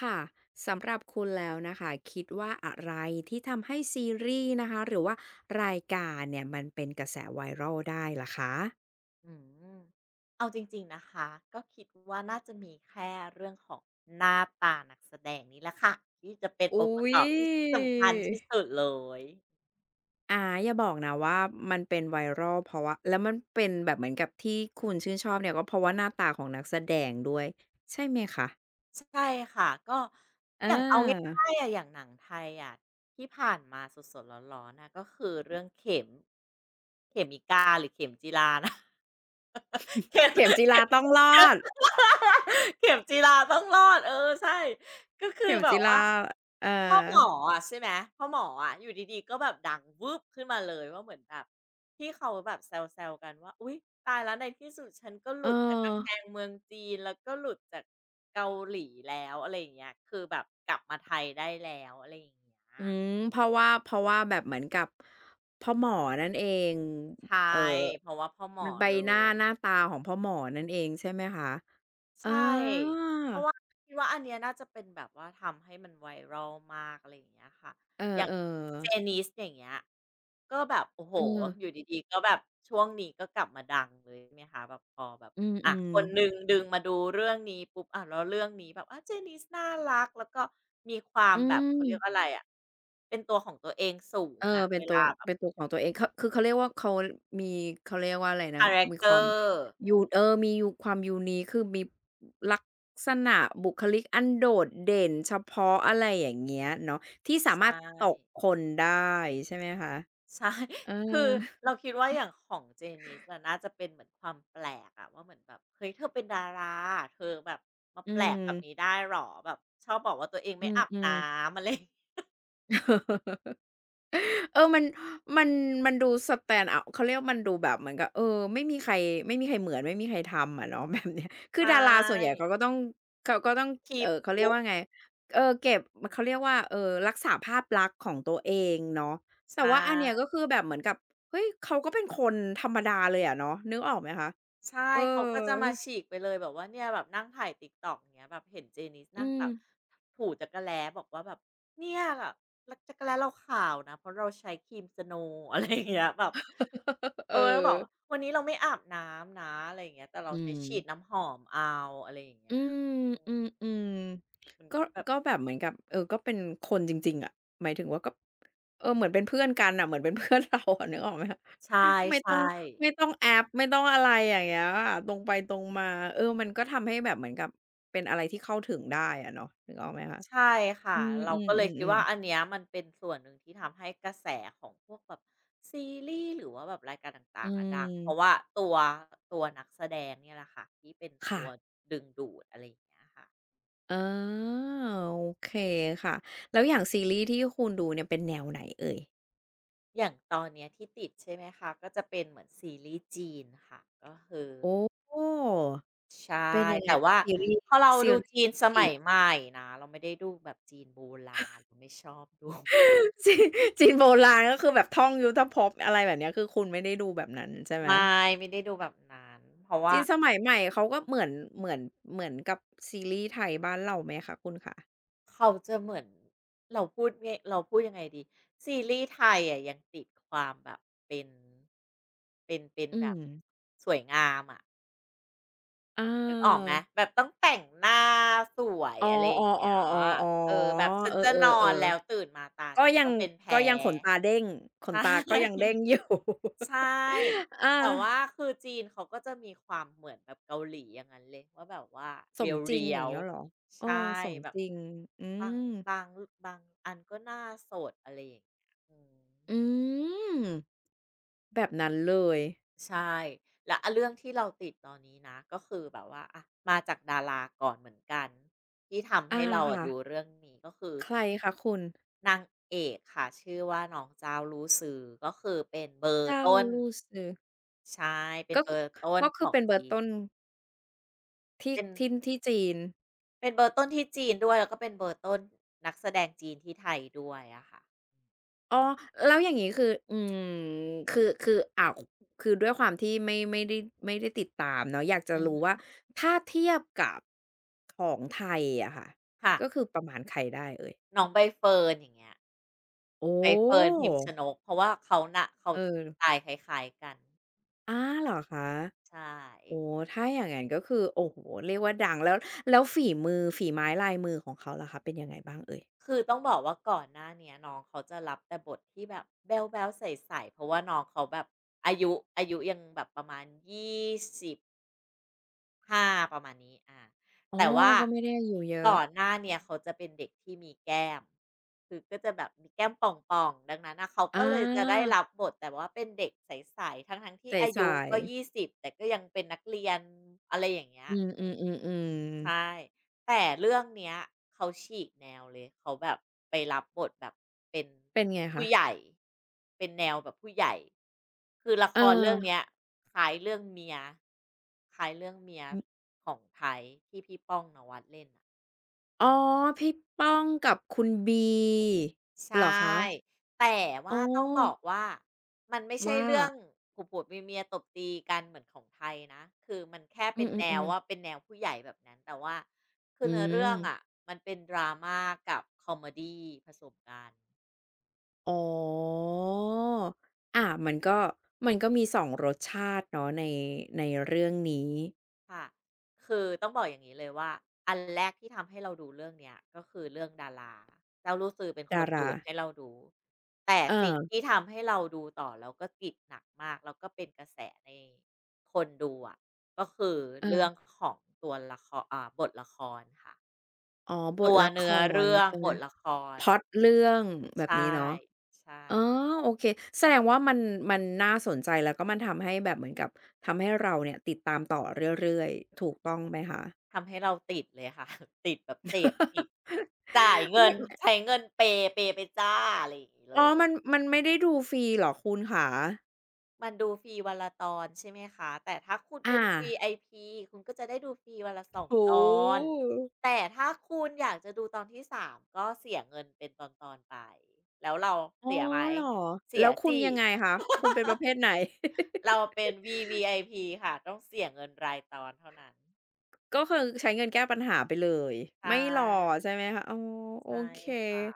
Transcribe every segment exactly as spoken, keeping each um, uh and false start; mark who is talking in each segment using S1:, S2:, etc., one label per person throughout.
S1: ค่ะสำหรับคุณแล้วนะคะคิดว่าอะไรที่ทำให้ซีรีส์นะคะหรือว่ารายการเนี่ยมันเป็นกระแสไวรัลได้ล่ะคะ
S2: อืมเอาจริงๆนะคะก็คิดว่าน่าจะมีแค่เรื่องของหน้าตานักแสดงนี่แหละค่ะที่จะเป็นอง
S1: อุ๊
S2: ค์ประก
S1: ย
S2: อบที่สำคัญที่สุดเลย
S1: อาอย่าบอกนะว่ามันเป็นไวรัลเพราะว่าแล้วมันเป็นแบบเหมือนกับที่คุณชื่นชอบเนี่ยก็เพราะว่าหน้าตาของนักแสดงด้วยใช่ไหมคะ
S2: ใช่ค่ะก็
S1: เ
S2: อย่างเอา
S1: ออ
S2: ง่ายๆอะอย่างหนังไทยอะที่ผ่านมาสดๆร้อนๆนะก็คือเรื่องเข็มเขมมิกาหรือเข็มจีรานะ เข็ม
S1: เข็มจีราต้องรอด
S2: เข็มจีราต้องรอดเออใช่ก็คือ
S1: เข็ม
S2: แบ
S1: จี
S2: บว่า
S1: ราเออ
S2: พ่อหมออะใช่ไหมพ่อหมออะอยู่ดีๆก็แบบดังวืบขึ้นมาเลยว่าเหมือนแบบที่เขาแบบแซวๆกันว่าอุ๊ยตายแล้วในที่สุดฉันก็หลุ
S1: เออ
S2: ดจากกำแพงเมืองจีนแล้วก็หลุดจากเกาหลีแล้วอะไรอย่างเงี้ยคือแบบกลับมาไทยได้แล้วอะไรอย่างเงี้
S1: อื
S2: ย
S1: มเพราะว่าเพราะว่าแบบเหมือนกับพ่อหมอนั่นเอง
S2: ใช่
S1: เอ่อ
S2: เพราะว่าพ่อหม
S1: มั
S2: อ
S1: นใบ
S2: เล
S1: หน้า
S2: ย
S1: หน้าตาของพ่อหมอนั่นเองใช่ไหมคะ
S2: ใช่
S1: อา
S2: เพราะว่าคิดว่าอันเนี้ยน่าจะเป็นแบบว่าทำให้มัน viral มากอะไรอย่างเงี้ยค่ะ
S1: เออ
S2: อย่าง
S1: ๆ
S2: J-Niz อย่างเงี้ยก็แบบโอ้โฮ
S1: เออ
S2: อยู่ดีๆก็แบบช่วงนี้ก็กลับมาดังเลยใช่ไหมคะแบบพอแบบ
S1: อื
S2: อ่า
S1: ม
S2: คนหนึ่ง
S1: ๆ
S2: ดึงมาดูเรื่องนี้ปุ๊บอ้าวแล้วเรื่องนี้แบบอา J-Niz น่ารักแล้วก็มีความ
S1: อื
S2: แบบเขาเรียกอะ
S1: ม
S2: ไรอะเป็นตัวของตัวเองสูง
S1: เออ
S2: อะ
S1: เป็
S2: เว
S1: นตั
S2: ลา
S1: ว
S2: แบบ
S1: เป็นตัวของตัวเองเขาคือเขาเรียกว่าเขามีเขาเรียกว่าอะไรนะ
S2: คาแรก
S1: มี
S2: เต
S1: ค
S2: อ
S1: วาม
S2: ร์
S1: ยูเออมียูความ unique คือมีลักษณะบุคลิกอันโดดเด่นเฉพาะอะไรอย่างเงี้ยเนาะที่สา
S2: ใช่
S1: มารถตกคนได้ใช่ไหมคะ
S2: ใช่
S1: เอ อ
S2: คือเราคิดว่าอย่างของเจนิสอะน่าจะเป็นเหมือนความแปลกอะว่าเหมือนแบบเฮ้ยเธอเป็นดาราเธอแบบมา
S1: อื
S2: แปลก
S1: ม
S2: แบบนี้ได้หรอแบบชอบบอกว่าตัวเอง
S1: อื
S2: ไม่อาบน้
S1: ม
S2: ำอะไรอย่างเงี้ย
S1: ๆ เออมันมันมันดู stand out เขาเรียกว่ามันดูแบบเหมือนกับเออไม่มีใครไม่มีใครเหมือนไม่มีใครทำอะเนาะ แบบเนี้ยคื
S2: ใช
S1: อดาราส่วนใหญ่
S2: ่
S1: เขาก็ต้องเขาก็ต้อง
S2: คีบ
S1: เอ่อเขา
S2: p
S1: เรียก
S2: ลุก
S1: ว่าไงเออเก็บเขาเรียกว่าเอ่อรักษาภาพลักษณ์ของตัวเองเนาะ
S2: ใช
S1: แต่ว่าอันเนี้ย
S2: ่
S1: ก็คือแบบเหมือนกับเฮ้ยเขาก็เป็นคนธรรมดาเลยอะเนาะนึกออกไหมคะ
S2: ใช่
S1: เออ
S2: เขาก็จะมาฉีกไปเลยแบบว่าเนี่ยแบบนั่งถ่าย TikTok อย่างเงี้ยแบบเห็นเจนีสนั่
S1: อื
S2: งแบ
S1: ม
S2: บถูจักระแล้บอกว่าแบบเนี่ยแบบจักระแล้เราขาวนะเพราะเราใช้ครีมสโน o w อะไรอย่างเงี้ยแบบ
S1: เอ
S2: เอ
S1: อ
S2: อแล้วบอกว่าวันนี้เราไม่อาบน้ำนะอะไรอย่างเงี้ยแต่เรา
S1: อื
S2: ใช้ฉีด
S1: ม
S2: น้ำหอมเอาอะไรอย่าง
S1: อื
S2: เงี้ย
S1: ม
S2: อืม
S1: อืมอืม
S2: มัน
S1: ก็
S2: ก็แบบ
S1: ก็แบบเหมือนกับเออก็เป็นคนจริงๆอะหมายถึงว่าก็เออเหมือนเป็นเพื่อนกันน่ะเหมือนเป็นเพื่อนเราอะ นึกออกไหมคะ
S2: ใช่
S1: ไม่ต้
S2: ใช่
S1: องไม่ต้องแอปไม่ต้องอะไรอย่างเงี้ยค่ะตรงไปตรงมาเออมันก็ทำให้แบบเหมือนกับเป็นอะไรที่เข้าถึงได้อะเนาะนึกออกไหมคะ
S2: ใช่
S1: อื
S2: ค่ะ
S1: ม
S2: เราก็เลยคิด
S1: ๆ
S2: ว่า
S1: ๆๆ
S2: อันเนี้ยมันเป็นส่วนหนึ่งที่ทำให้กระแสของพวกแบบซีรีส์หรือว่าแบบรายการต
S1: อื
S2: ่างๆอะดั
S1: ม
S2: งเพราะว่าตัวตัวนักแสดงเนี่ยแหละค่ะที่เป็นตั
S1: ค่ะ
S2: วดึงดูดอะไรอย่างเงี้ยค่ะ
S1: อ๋อโอเคค่ะแล้วอย่างซีรีส์ที่คุณดูเนี่ยเป็นแนวไหนเอ่ย
S2: อย่างตอนเนี้ยที่ติดใช่ไหมคะก็จะเป็นเหมือนซีรีส์จีนค่ะก็คือ
S1: โอ้
S2: ใช่
S1: เป็นยังไง
S2: แต่
S1: คะ
S2: ว่า
S1: ซีรีส์
S2: พอเรา
S1: ซี
S2: ดู
S1: รีส์
S2: จีนส
S1: จี
S2: มัย
S1: น
S2: ใหม่นะเราไม่ได้ดูแบบจีนโบราณเราไม่ชอบดู
S1: จีนจีนโบราณก็คือแบบท่องยุทธภพอะไรแบบเนี้ยคือคุณไม่ได้ดูแบบนั้นใช่ ไหม
S2: ไม่ไม่ได้ดูแบบนั้นเพราะว่า
S1: จีนสมัยใหม่เขาก็เหมือนเหมือนเหมือนกับซีรีส์ไทยบ้านเราไหมคะคุณขา
S2: เขาจะเหมือนเราพูดไงเราพูดยังไงดีซีรีส์ไทยอะยังติดความแบบเป็นเป็นเป็น
S1: อื
S2: แบบ
S1: ม
S2: สวยงามอ่ะ
S1: อา
S2: นึกออกไหมแบบต้องแต่งหน้าสวย
S1: อ๋
S2: อะไรอ
S1: อ
S2: ย่าง
S1: ๆ
S2: เงี้ยเออแบบ
S1: ๆๆ
S2: ฉั
S1: ๆ
S2: น
S1: เออ
S2: จะนอนแล้วตื่
S1: ๆ
S2: นมาตา
S1: ๆก็ยั
S2: ต้
S1: ง
S2: องเป็นแพ้
S1: ก็ยังขนตาเด้งขนตา ก็
S2: ใช่
S1: ยังเด้งอยู่
S2: ใช่
S1: อา
S2: แต่ว่าคือจีนเขาก็จะมีความเหมือนแบบเกาหลีอย่างงั้นเลยว่าแบบว่า
S1: ส
S2: เ
S1: มจริง
S2: รี
S1: อ
S2: ย
S1: ย่าง
S2: ว
S1: เงี้ยเหรอ
S2: ๆ
S1: เออ
S2: ใช่
S1: สม
S2: แบบ
S1: จริงอื
S2: บาง
S1: ม
S2: บางบางอันก็หน้าสดอะไรอย่างเงี้ยอืม
S1: อืมแบบนั้นเลย
S2: ใช่แล้วอะเรื่องที่เราติดตอนนี้นะก็คือแบบว่าอะมาจากดาราก่อนเหมือนกันที่ทำให้
S1: อา
S2: เราอะ
S1: ค่ะ
S2: ดูเรื่องนี้ก็คือ
S1: ใครคะคุณ
S2: นางเอกค่ะชื่อว่าน้องเจ้ารู้สือก็คือเป็นเบอร์
S1: เจ้า
S2: ต้น
S1: ลู่ซือ
S2: ใช่เป็น
S1: ก็
S2: เบ
S1: คื
S2: อ
S1: อ
S2: ร์ต้น
S1: ก็
S2: ข
S1: คือ
S2: อง
S1: เป็นเบอ
S2: จี
S1: ร์
S2: น
S1: ต้นที่
S2: เป็น
S1: ที่ที่จีน
S2: เป็นเบอร์ต้นที่จีนด้วยแล้วก็เป็นเบอร์ต้นนักแสดงจีนที่ไทยด้วยอะค่ะ
S1: อ้อแล้วอย่างงี้คืออืมคือคืออ้าวคือด้วยความที่ไม่ไม่ได้ไม่ได้ติดตามเนาะอยากจะ
S2: อือฮ
S1: รู้ว่า
S2: ึ
S1: ถ้าเทียบกับของไทยอะค่ะ
S2: ค่ะ
S1: ก็คือประมาณใครได้เอ่ย
S2: น้องใบเฟิร์นอย่างเงี้ย
S1: โอ
S2: ใบเฟิร์น
S1: ้
S2: พิมชนกเพราะว่าเขาน่ะเขา
S1: เออ
S2: สไตล์คล้ายๆกัน
S1: อาเหรอคะ
S2: ใช่
S1: โอ้ถ้าอย่างงั้นก็คือโอ้โฮเรียกว่าดังแล้วแล้วฝีมือฝีไม้ลายมือของเขาล่ะคะเป็นยังไงบ้างเอ่ย
S2: คือต้องบอกว่าก่อนหน้าเนี้ยน้องเขาจะรับแต่บทที่แบบแบ๊วๆใสๆเพราะว่าน้องเขาแบบอายุอายุยังแบบประมาณยี่สิบ ค่ะประมาณนี้อา
S1: อ๋อ
S2: แต่ว่า
S1: ก็ไม่ได้อยู่เยอะ
S2: ก่อนหน้าเนี่ยเขาจะเป็นเด็กที่มีแก้ม คือก็จะแบบมีแก้มป่องๆดังนั้นน่ะเขา
S1: อ
S2: ก็เลยจะได้
S1: า
S2: รับบทแต่ว่าเป็นเด็กใสๆ ทั้งๆที่
S1: ใ
S2: อายุ
S1: สาย
S2: ก็
S1: ๆ
S2: ยี่สิบแต่ก็ยังเป็นนักเรียนอะไรอย่างเงี้ย
S1: อื
S2: อืม
S1: มๆๆๆ
S2: ใช่ แต่เรื่องเนี้ยเขาฉีกแนวเลยเขาแบบไปรับบทแบบเป็น
S1: เป็นไง
S2: ผู้
S1: คะ
S2: ใหญ่เป็นแนวแบบผู้ใหญ่คือละ
S1: เ
S2: ครเรื่อง
S1: ออ
S2: เนี้ยคล้ายเรื่องเมียคล้ายเรื่องเมีย
S1: อือ
S2: ของไทยที่พี่ป้องนวัดเล่นอะ
S1: อ๋อ พี่ป้องกับคุณบี
S2: ใช่
S1: เหรอคะ
S2: แต่
S1: อ๋อ
S2: ว่าต้องบอกว่ามันไม่ใช่
S1: ว่า
S2: เรื่องผัวผัวเมียเมียตบตีกันเหมือนของไทยนะคือมันแค่
S1: อื
S2: เป็นแนว
S1: มๆ
S2: ว่าเป็
S1: ๆ
S2: นแนวผู้ใหญ่แบบนั้นแต่ว่าคือ
S1: อื
S2: เนื้อ
S1: ม
S2: เรื่องอะะมันเป็นดราม่ากับคอมเมดีผสมกัน
S1: อ๋ออามันก็ มันก็มีสองรสชาติเนาะในในเรื่องนี้
S2: ค่ะ คือต้องบอกอย่างนี้เลยว่าอันแรกที่ทำให้เราดูเรื่องเนี้ยก็คือเรื่องดาราเจ้าลู่ซือเป็นค
S1: ดา
S2: น
S1: รา
S2: ดูดให้เราดูแต่สิ่ง
S1: เออ
S2: ที่ทำให้เราดูต่อแล้วก็ติดหนักมากแล้วก็เป็นกระแสในคนดูอะก็คือเรื่อง
S1: ๆ
S2: ของตัวละครอ่าบทละครค่ะ
S1: อ๋อ บ
S2: ตั
S1: ท
S2: ว
S1: ละค
S2: เนื้อ
S1: ร
S2: เรื่อง
S1: ใช่
S2: บ
S1: ไหม
S2: ทละค
S1: พ
S2: ร
S1: ล็อตเรื่องแบบ
S2: ใช่
S1: นี้เนาะ
S2: ใช่
S1: อ๋อโอเคแสดงว่ามันมันน่าสนใจแล้วก็มันทำให้แบบเหมือนกับทำให้เราเนี่ยติดตามต่อเรื่อยๆถูกต้องไหมคะ
S2: ทำให้เราติดเลยค่ะ ติดแบบเสพติดจ่ายเงิน
S1: มัน
S2: ใช้เงินเปย์เปย์ไปจ้าอะไรอย่างงี้ เล
S1: อ๋อ
S2: ย
S1: มันมันไม่ได้ดูฟรีเหรอคุณขา
S2: มันดูฟรีวันละตอนใช่ไหมคะแต่ถ้าคุณเป็
S1: อา
S2: น วี ไอ พี คุณก็จะได้ดูฟรีวันละสอง
S1: โอ้
S2: ตอน
S1: โฮ
S2: แต่ถ้าคุณอยากจะดูตอนที่สามก็เสียเงินเป็นตอนๆไปแล้วเรา
S1: อ๋อ
S2: เสียไหม
S1: เหรอ
S2: เสี
S1: แล้
S2: ย
S1: วคุณ
S2: สิ
S1: ยังไงคะคุณเป็นประเภทไหน
S2: เราเป็น วี วี ไอ พี ค่ะต้องเสียเงินรายตอนเท่านั้น
S1: ก็คือใช้เงินแก้ปัญหาไปเลย
S2: ใช
S1: ไม่รอ
S2: ่
S1: ใช่ไหมคะอ๋อโอ
S2: ใช่
S1: เค
S2: ค่ะ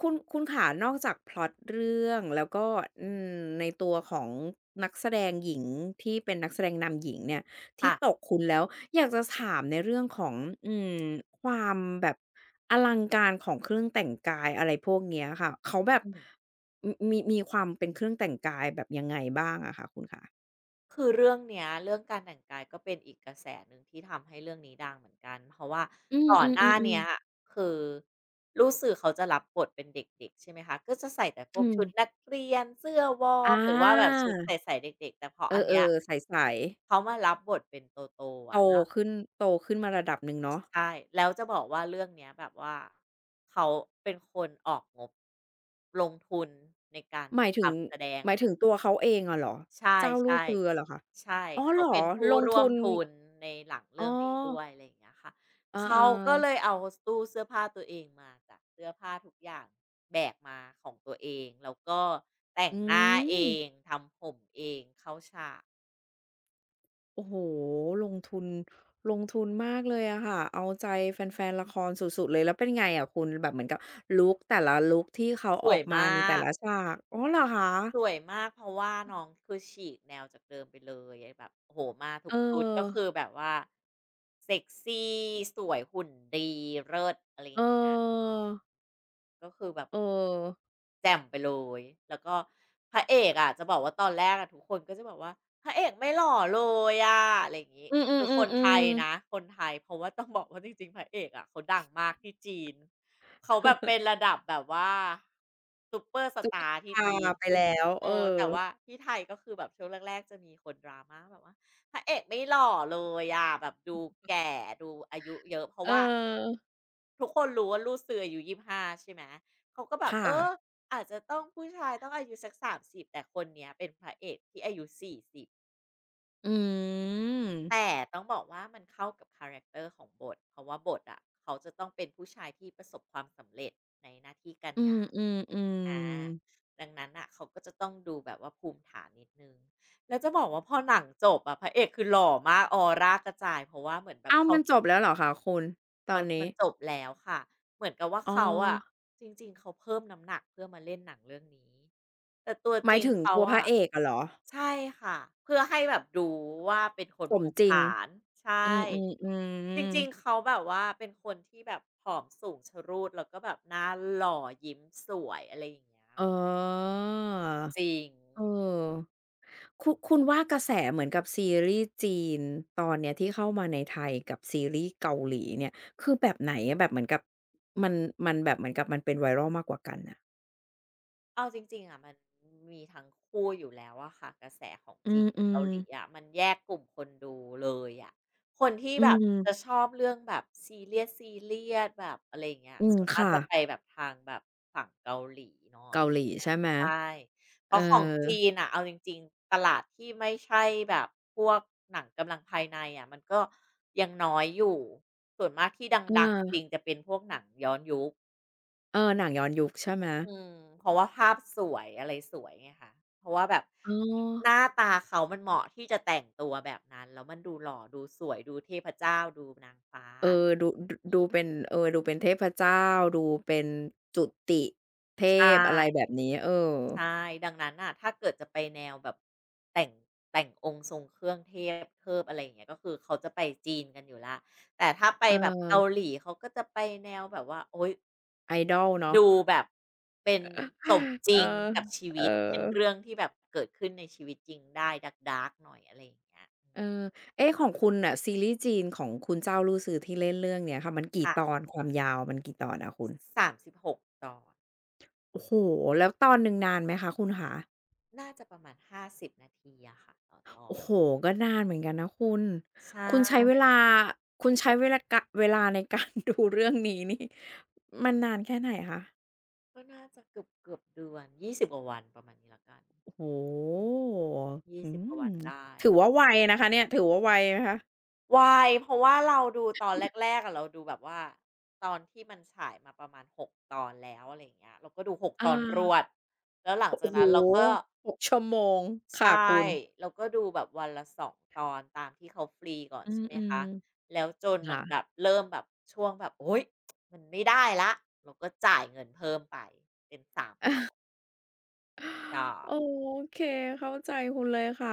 S1: คุณคุณขานอกจากพล็อตเรื่องแล้วก็
S2: อือ
S1: อื
S2: ฮึ
S1: มในตัวของนักแสดงหญิงที่เป็นนักแสดงนำหญิงเนี่ยที่
S2: ค่ะ
S1: ตกคุณแล้วอยากจะถามในเรื่องของอืมความแบบอลังการของเครื่องแต่งกายอะไรพวกเนี้ยค่ะเขาแบบ
S2: อืม
S1: มมีมีความเป็นเครื่องแต่งกายแบบยังไงบ้างอะคะคุณขา
S2: คือเรื่องเนี้ยเรื่องการแต่งกายก็เป็นอีกกระแสหนึ่งที่ทำให้เรื่องนี้ดังเหมือนกันเพราะว่า
S1: อื
S2: ก่อน
S1: ม
S2: หน้าเนี้
S1: ๆ
S2: ย
S1: ๆๆ
S2: คือลูกสื่อเขาจะรับบทเป็นเด็กๆใช่ไหมคะก็จะใส่แต่พ
S1: อื
S2: วก
S1: ม
S2: ชุดนักเรียนเสื้อวอร์
S1: อา
S2: มหรือว่าแบบชุดใสๆเด็กๆแต่พอ
S1: เอ
S2: อันเนี้ย
S1: อๆใส
S2: เขามารับบทเป็นโตๆ
S1: ๆโต
S2: อะแล้ว
S1: ขึ้นโตขึ้นมาระดับหนึ่งเนาะ
S2: ใช่แล้วจะบอกว่าเรื่องเนี้ยแบบว่าเขาเป็นคนออกงบลงทุนในการ
S1: หมายถึง
S2: ทำแสดง
S1: หมายถึงตัวเขาเองอะเหรอ
S2: ใช่
S1: เจ้าลู่
S2: ใช่
S1: ซื้ออะเหรอคะ
S2: ใช่
S1: อ๋อ
S2: เขา
S1: เหรอ
S2: เป็นผู้
S1: ลง
S2: ร่ว
S1: ทุ
S2: ม
S1: น
S2: ทุนในหลัง
S1: อ๋อ
S2: เรื่องนี้ด้วยอะไรอย่างเงี้ยค่ะ
S1: อา
S2: เขาก็เลย
S1: ๆ
S2: เอาตู้เสื้อผ้าตัวเองมาจ้ะเสื้อผ้าทุกอย่างแบกมาของตัวเองแล้วก็แต่ง
S1: อื
S2: หน้าเอ
S1: ม
S2: งทำผมเองเข้าฉาก
S1: โอ้โฮลงทุนลงทุนมากเลยอะค่ะเอาใจแฟนๆละครสุดๆเลยแล้วเป็นไงอะคุณแบบเหมือนกับลุกแต่ละลุกที่เขา
S2: ส
S1: อ
S2: ว
S1: อ
S2: ย
S1: กมา
S2: มา
S1: ในแต่
S2: ก
S1: ละฉากอ๋อเหรอคะ
S2: สวยมากเพราะว่าน้องคือฉีกแนวจากเดิมไปเลยแบบโอ้โฮมาทุ
S1: เอ
S2: ก
S1: อ
S2: ชุดก็คือแบบว่าเซ็กซีสวยหุ่นดีเลิศอะไรอ
S1: เออ
S2: ย่างเงี้ยอืมก็คือแบบ
S1: เออ
S2: แจ่มไปเลย แล้วก็พระเอกอะจะบอกว่าตอนแรกอะทุกคนก็จะบอกว่าพระเอกไม่หล่อเลยอะอะไรอย่างงี้
S1: อือ
S2: คือคนไทย
S1: ๆ
S2: นะ
S1: ๆ
S2: คนไทยเพราะว่า ต้องบอกว่าจริงๆพระเอกอะเขาดังมากที่จีนเขาแบบเป็น
S1: ๆ
S2: ระดับแบบว่าซูเปอร์สตาร์ที่
S1: พา
S2: จีน
S1: ไปแล้ว
S2: เอ
S1: เอ
S2: อ
S1: อ
S2: แต่ว่าที่ไทยก็คือแบบช่วงแรกๆจะมีคน drama แบบว่าพระเอกไม่หล่อเลยอะแบบดูแก่ดูอายุเยอะเพราะ
S1: เออ
S2: ว่า ทุกคนรู้ว่าลูกซื้ออายุยี่สิบห้าใช่ไหมเขาก็แบบ
S1: ค่ะ
S2: เอออาจจะต้องผู้ชายต้องอายุสักสามสิบแต่คนเนี้ยเป็นพระเอกที่อายุสี่สิบบ
S1: อืม
S2: แต่ต้องบอกว่ามันเข้ากับคาแรกเตอร์ของบทเพราะว่าบทอะเขาจะต้องเป็นผู้ชายที่ประสบความสำเร็จในหน้าที่การ
S1: อื
S2: งาน
S1: ม
S2: อา
S1: ๆๆ
S2: ดังนั้นน่ะเขาก็จะต้องดูแบบว่าภูมิฐานนิดหนึ่งแล้วจะบอกว่าพอหนังจบอะพระเอกคือหล่อมากออร่ากระจายเพราะว่าเหมือนแบบ
S1: อ้าว
S2: เขา
S1: มันจบแล้วเหรอคะคุณตอ
S2: เขา
S1: นนี้
S2: มันจบแล้วค่ะเหมือนกับว่า
S1: อ๋อ
S2: เขาอะจริงๆเขาเพิ่มน้ำหนักเพื่อมาเล่นหนังเรื่องนี้ แต่ตัว
S1: ห
S2: จ
S1: มาย
S2: ริง
S1: ถึง
S2: เขา
S1: ตัวพระ
S2: อะ
S1: เอกอะเหรอ
S2: ใช่ค่ะเพื่อให้แบบดูว่าเป็นคน
S1: สม
S2: ภูมิ
S1: จริง
S2: ฐานใช่
S1: อืม
S2: จริ
S1: ๆ
S2: งๆ
S1: ๆ
S2: เขาแบบว่าเป็นคนที่แบบผอมสูงชะรูดแล้วก็แบบหน้าหล่อยิ้มสวยอะไรอย่างเงี้ย
S1: อ๋อ
S2: จริง
S1: เออคุณคุณว่ากระแสเหมือนกับซีรีส์จีนตอนเนี้ยที่เข้ามาในไทยกับซีรีส์เกาหลีเนี่ยคือแบบไหนอะแบบเหมือนกับมันมันแบบเหมือนกับมันเป็น viral มากกว่ากันน่ะ
S2: เอาจริงๆอะมันมีทั้งคู่อยู่แล้วอะค่ะกระแสของ
S1: อื
S2: จีนกับเกา
S1: ม
S2: หลีอะ
S1: ๆ
S2: มันแยกกลุ่มคนดูเลยอะคนที่
S1: อื
S2: แบบ
S1: ม
S2: จะชอบเรื่องแบบซีเรียสซีเรียสแบบอะไรอย่างเงี้ย
S1: อืม
S2: ส่วนมาก
S1: ค่ะ
S2: จะไปแบบทางแบบฝั่งเกาหลีเนาะอะ
S1: เกา
S2: ไรอ
S1: หลี
S2: ย่างเงี้ย
S1: ใช่ไหม
S2: ใช่เพ
S1: เ
S2: ราะของจี
S1: ออ
S2: นน่ะเอาจริงๆตลาดที่ไม่ใช่แบบพวกหนังกำลังภายในอะมันก็ยังน้อยอยู่ส่วนมากที่ด
S1: อ
S2: ังๆจริง
S1: า
S2: จะเป็นพวกหนังย้อนยุค
S1: เออหนังย้อนยุคใช่ไหม
S2: อืมเพราะว่าภาพสวยอะไรสวยไงคะเพราะว่าแบบ
S1: อ๋อ
S2: หน้าตาเขามันเหมาะที่จะแต่งตัวแบบนั้นแล้วมันดูหล่อดูสวยดูเทพเจ้าดูนางฟ้า
S1: เออดูดดูเป็นเออดูเป็นเทพเจ้าดูเป็นจุติเท
S2: ใช
S1: พอะไรแบ
S2: ่
S1: บนี้เออ
S2: ใช่ดังนั้นน่ะถ้าเกิดจะไปแนวแบบแต่งแต่งองค์ทรงเครื่องเทพเทิบอะไรอย่างเงี้ยก็คือเขาจะไปจีนกันอยู่ละแต่ถ้าไป
S1: เอ
S2: แบบเกา
S1: อ
S2: หลีเขาก็จะไปแนวแบบว่าโอ๊ย
S1: idol เนาะ
S2: ดูแบบเป็นสมจ
S1: เออ
S2: ริงกับชี
S1: เออ
S2: วิตเป็นเรื่องที่แบบเกิดขึ้นในชีวิตจริงได้ dark ๆหน่อยอะไรอย่างเงี้ยอื
S1: เอ
S2: ม
S1: อเอ๊ะของคุณน่ะซีรีส์จีนของคุณเจ้าลู่ซื้อที่เล่นเรื่องเนี้ยค่ะมันกี่
S2: ค่ะ
S1: ตอนความยาวมันกี่ตอนอะคุณ
S2: สามสิบหกตอน
S1: โอ้โฮแล้วตอนหนึ่งนานไหมคะคุณคะ
S2: น่าจะประมาณห้าสิบนาทีอะค่ะต่อตอ
S1: โอ้
S2: น
S1: โฮก็นานเหมือนกันนะคุณ
S2: ใช
S1: คุณใช้เว
S2: ่
S1: ลาคุณใช้เวลา กะเวลาในการ ดูเรื่องนี้นี่มันนานแค่ไหนคะ
S2: ก็น่าจะเกือบเกือบเดือนยี่สิบกว่าวันประมาณนี้แล้วกัน
S1: โอ้โฮ
S2: ย
S1: อื
S2: ยี่สิบกว่า
S1: ม
S2: วันได้
S1: ถือว่าไวนะคะเนี่ยถือว่าไวไหมคะ
S2: ไวเพราะว่าเราดูตอนแรกๆอะเราดูแบบว่าตอนที่มันฉายมาประมาณหกตอนแล้วอะไรอย่างเงี้ยเราก็ดูหกต
S1: อา
S2: อนรวดแล้วหลัง
S1: โอ้
S2: จาก
S1: โฮ
S2: นั้นเราก็
S1: หกชั่วโมง
S2: ใช
S1: ค่ะ
S2: ่
S1: คุณ
S2: เราก็ดูแบบวันละสองตอนตามที่เขาฟรีก่อน
S1: อื
S2: ใช่ไหม
S1: ม
S2: คะแล้วจน
S1: ๆ
S2: มั
S1: ค่ะ
S2: นแบบเริ่มแบบช่วงแบบโอ๊ยมันไม่ได้แล้วเราก็จ่ายเงินเพิ่มไปเป็นสามตอนใช่
S1: โอเคเข้าใจคุณเลยค่ะ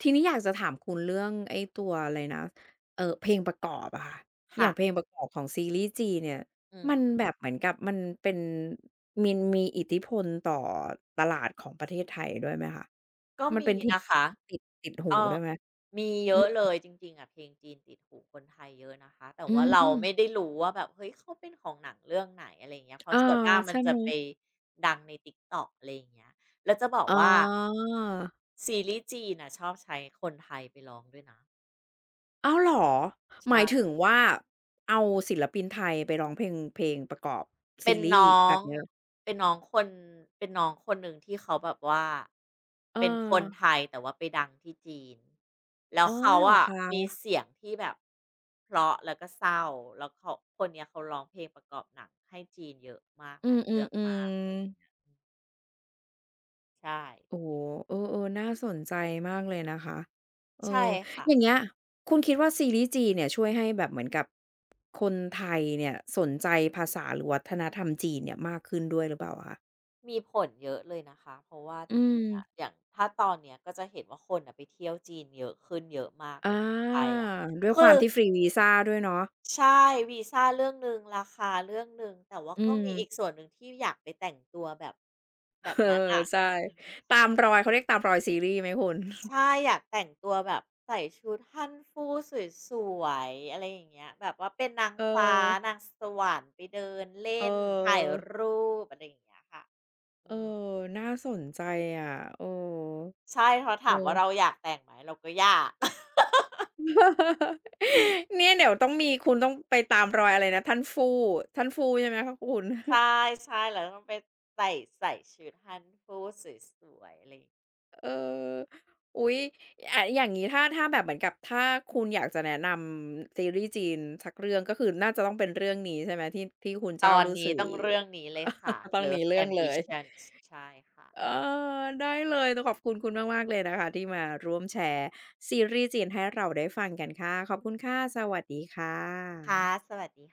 S1: ทีนี้อยากจะถามคุณเรื่องไอ้ตัวอะไรนะเออเพลงประกอบอะค่ะอย่า
S2: ค่ะ
S1: งเพลงประกอบของซีรีส์จีนเนี่ย
S2: อื
S1: มัน
S2: ม
S1: แบบเหมือนกับมันเป็นมีมีอิทธิพลต่อตลาดของประเทศไทยด้วยไหมคะ
S2: ก็
S1: มัน
S2: มี
S1: เป็นที
S2: นะ
S1: เพล
S2: คะ
S1: งติดติดหู
S2: เออ
S1: ด้วยไหม
S2: มีเย
S1: อื
S2: อะเล
S1: ม
S2: ยจริงๆอ่ะเพลงจีนติดหูคนไทยเยอะนะคะแต่
S1: อื
S2: ว่าเรา
S1: ม
S2: ไม่ได้รู้ว่าแบบเฮ้ยเขาเป็นของหนังเรื่องไหนอะไรอย่างเงี้ยเพ
S1: เออ
S2: ราะส่วนมากมัน
S1: ใช่
S2: จะ
S1: ไหม
S2: ไปดังใน TikTok อะไรอย่างเงี้ยแล้วจะบอก
S1: อ๋อ
S2: ว่าซีรีส์จีนน่ะชอบใช้คนไทยไปร้องด้วยนะ
S1: อ้าวเหรอหมายถึ
S2: ใช่
S1: งว่าเอาศิลปินไทยไปร้องเพลงเพลงประกอบ
S2: เป็
S1: ซี
S2: น
S1: รีส์
S2: น้อ
S1: แบ
S2: ง
S1: บเนี้ย
S2: เป็นน้องคนเป็นน้องคนหนึ่งที่เขาแบบว่า
S1: เออ
S2: เป็นคนไทยแต่ว่าไปดังที่จีนแล้ว
S1: อ๋อ
S2: เขา
S1: เหรอ
S2: อะมี
S1: คะ
S2: เสียงที่แบบเพราะแล้วก็เศร้าแล้วเขาคนเนี้ยเขาร้องเพลงประกอบหนังให้จีนเยอะมาก
S1: อื
S2: หลาย
S1: ม
S2: เรื่องมากอะไรอ
S1: ๆ
S2: ย่าง
S1: ๆ
S2: เงี้ยอืมใช่
S1: โอ้โฮเออๆน่าสนใจมากเลยนะคะเอ
S2: ใช่
S1: อ
S2: ค่ะ
S1: อย่างเงี้ยคุณคิดว่าซีรีส์จีนเนี่ยช่วยให้แบบเหมือนกับคนไทยเนี่ยสนใจภาษาหรือวัฒนธรรมจีนเนี่ยมากขึ้นด้วยหรือเปล่าคะ
S2: มีผลเยอะเลยนะคะเพราะว่าจ
S1: อืม
S2: ริงๆอะอย่างถ้าตอนเนี้ยก็จะเห็นว่าคนน่ะไปเที่ยวจีนเยอะขึ้นเยอะมาก
S1: อ
S2: เลยคนไท
S1: า
S2: ยอะ
S1: ด้วยค
S2: คื
S1: วา
S2: อ
S1: มที่ฟรีวีซาด้วยเนาะ
S2: ใช่วีซาเรื่องหนึ่งราคาเรื่องหนึ่งแต่ว่า
S1: อื
S2: ก็
S1: ม
S2: มีอีกส่วนหนึ่งที่อยากไปแต่งตัวแบบแบบ
S1: เออ
S2: นั้นอะ
S1: ใช่
S2: อืม
S1: ตามรอยเขาเรียกตามรอยซีรีส์ไหมคุณ
S2: ใช่อยากแต่งตัวแบบใส่ชุดฮั่นฟู่สวยๆอะไรอย่างเงี้ยแบบว่าเป็นนาง
S1: เอ
S2: ฟ้า
S1: อ
S2: นางสวรรค์ไปเดินเล่
S1: เอ
S2: นถ่าย
S1: อ
S2: รูปอะไรอย่างเงี้ยค่ะ
S1: เอ
S2: อื
S1: อ
S2: ม
S1: น่าสนใจอะเออ
S2: ใช่พอ
S1: เอ
S2: ถามว่าเราอยากแต่งไหมเราก็อยาก
S1: เนี่ยเดี๋ยวต้องมีคุณต้องไปตามรอยอะไรนะท่านฟู่ท่านฟู่ใช่ไหมคะคุณ
S2: ใช่ๆเราต้องไปใส่ใส่ชุดฮั่นฟู่สวยๆอะไรอย่างงี้
S1: เอออุ๊ยอะอย่างนี้ถ้าถ้าแบบเหมือนกับถ้าคุณอยากจะแนะนำซีรีส์จีนสักเรื่องก็คือน่าจะต้องเป็นเรื่องนี้ใช่ไหมที่ที่คุณ
S2: ต
S1: เจ้า
S2: อน
S1: รู้
S2: นี้
S1: สื่อ
S2: ต้องเรื่องนี้เลยค่ะ
S1: ต้องหนี้
S2: Love
S1: เรื่องเลย
S2: Ambitions ใช่ค่ะ
S1: เออได้เลยต้องขอบคุณคุณมากๆเลยนะคะที่มาร่วมแชร์ซีรีส์จีนให้เราได้ฟังกันค่ะขอบคุณค่ะสวัสดีค่
S2: ค่ะ
S1: ะ
S2: สวัสดี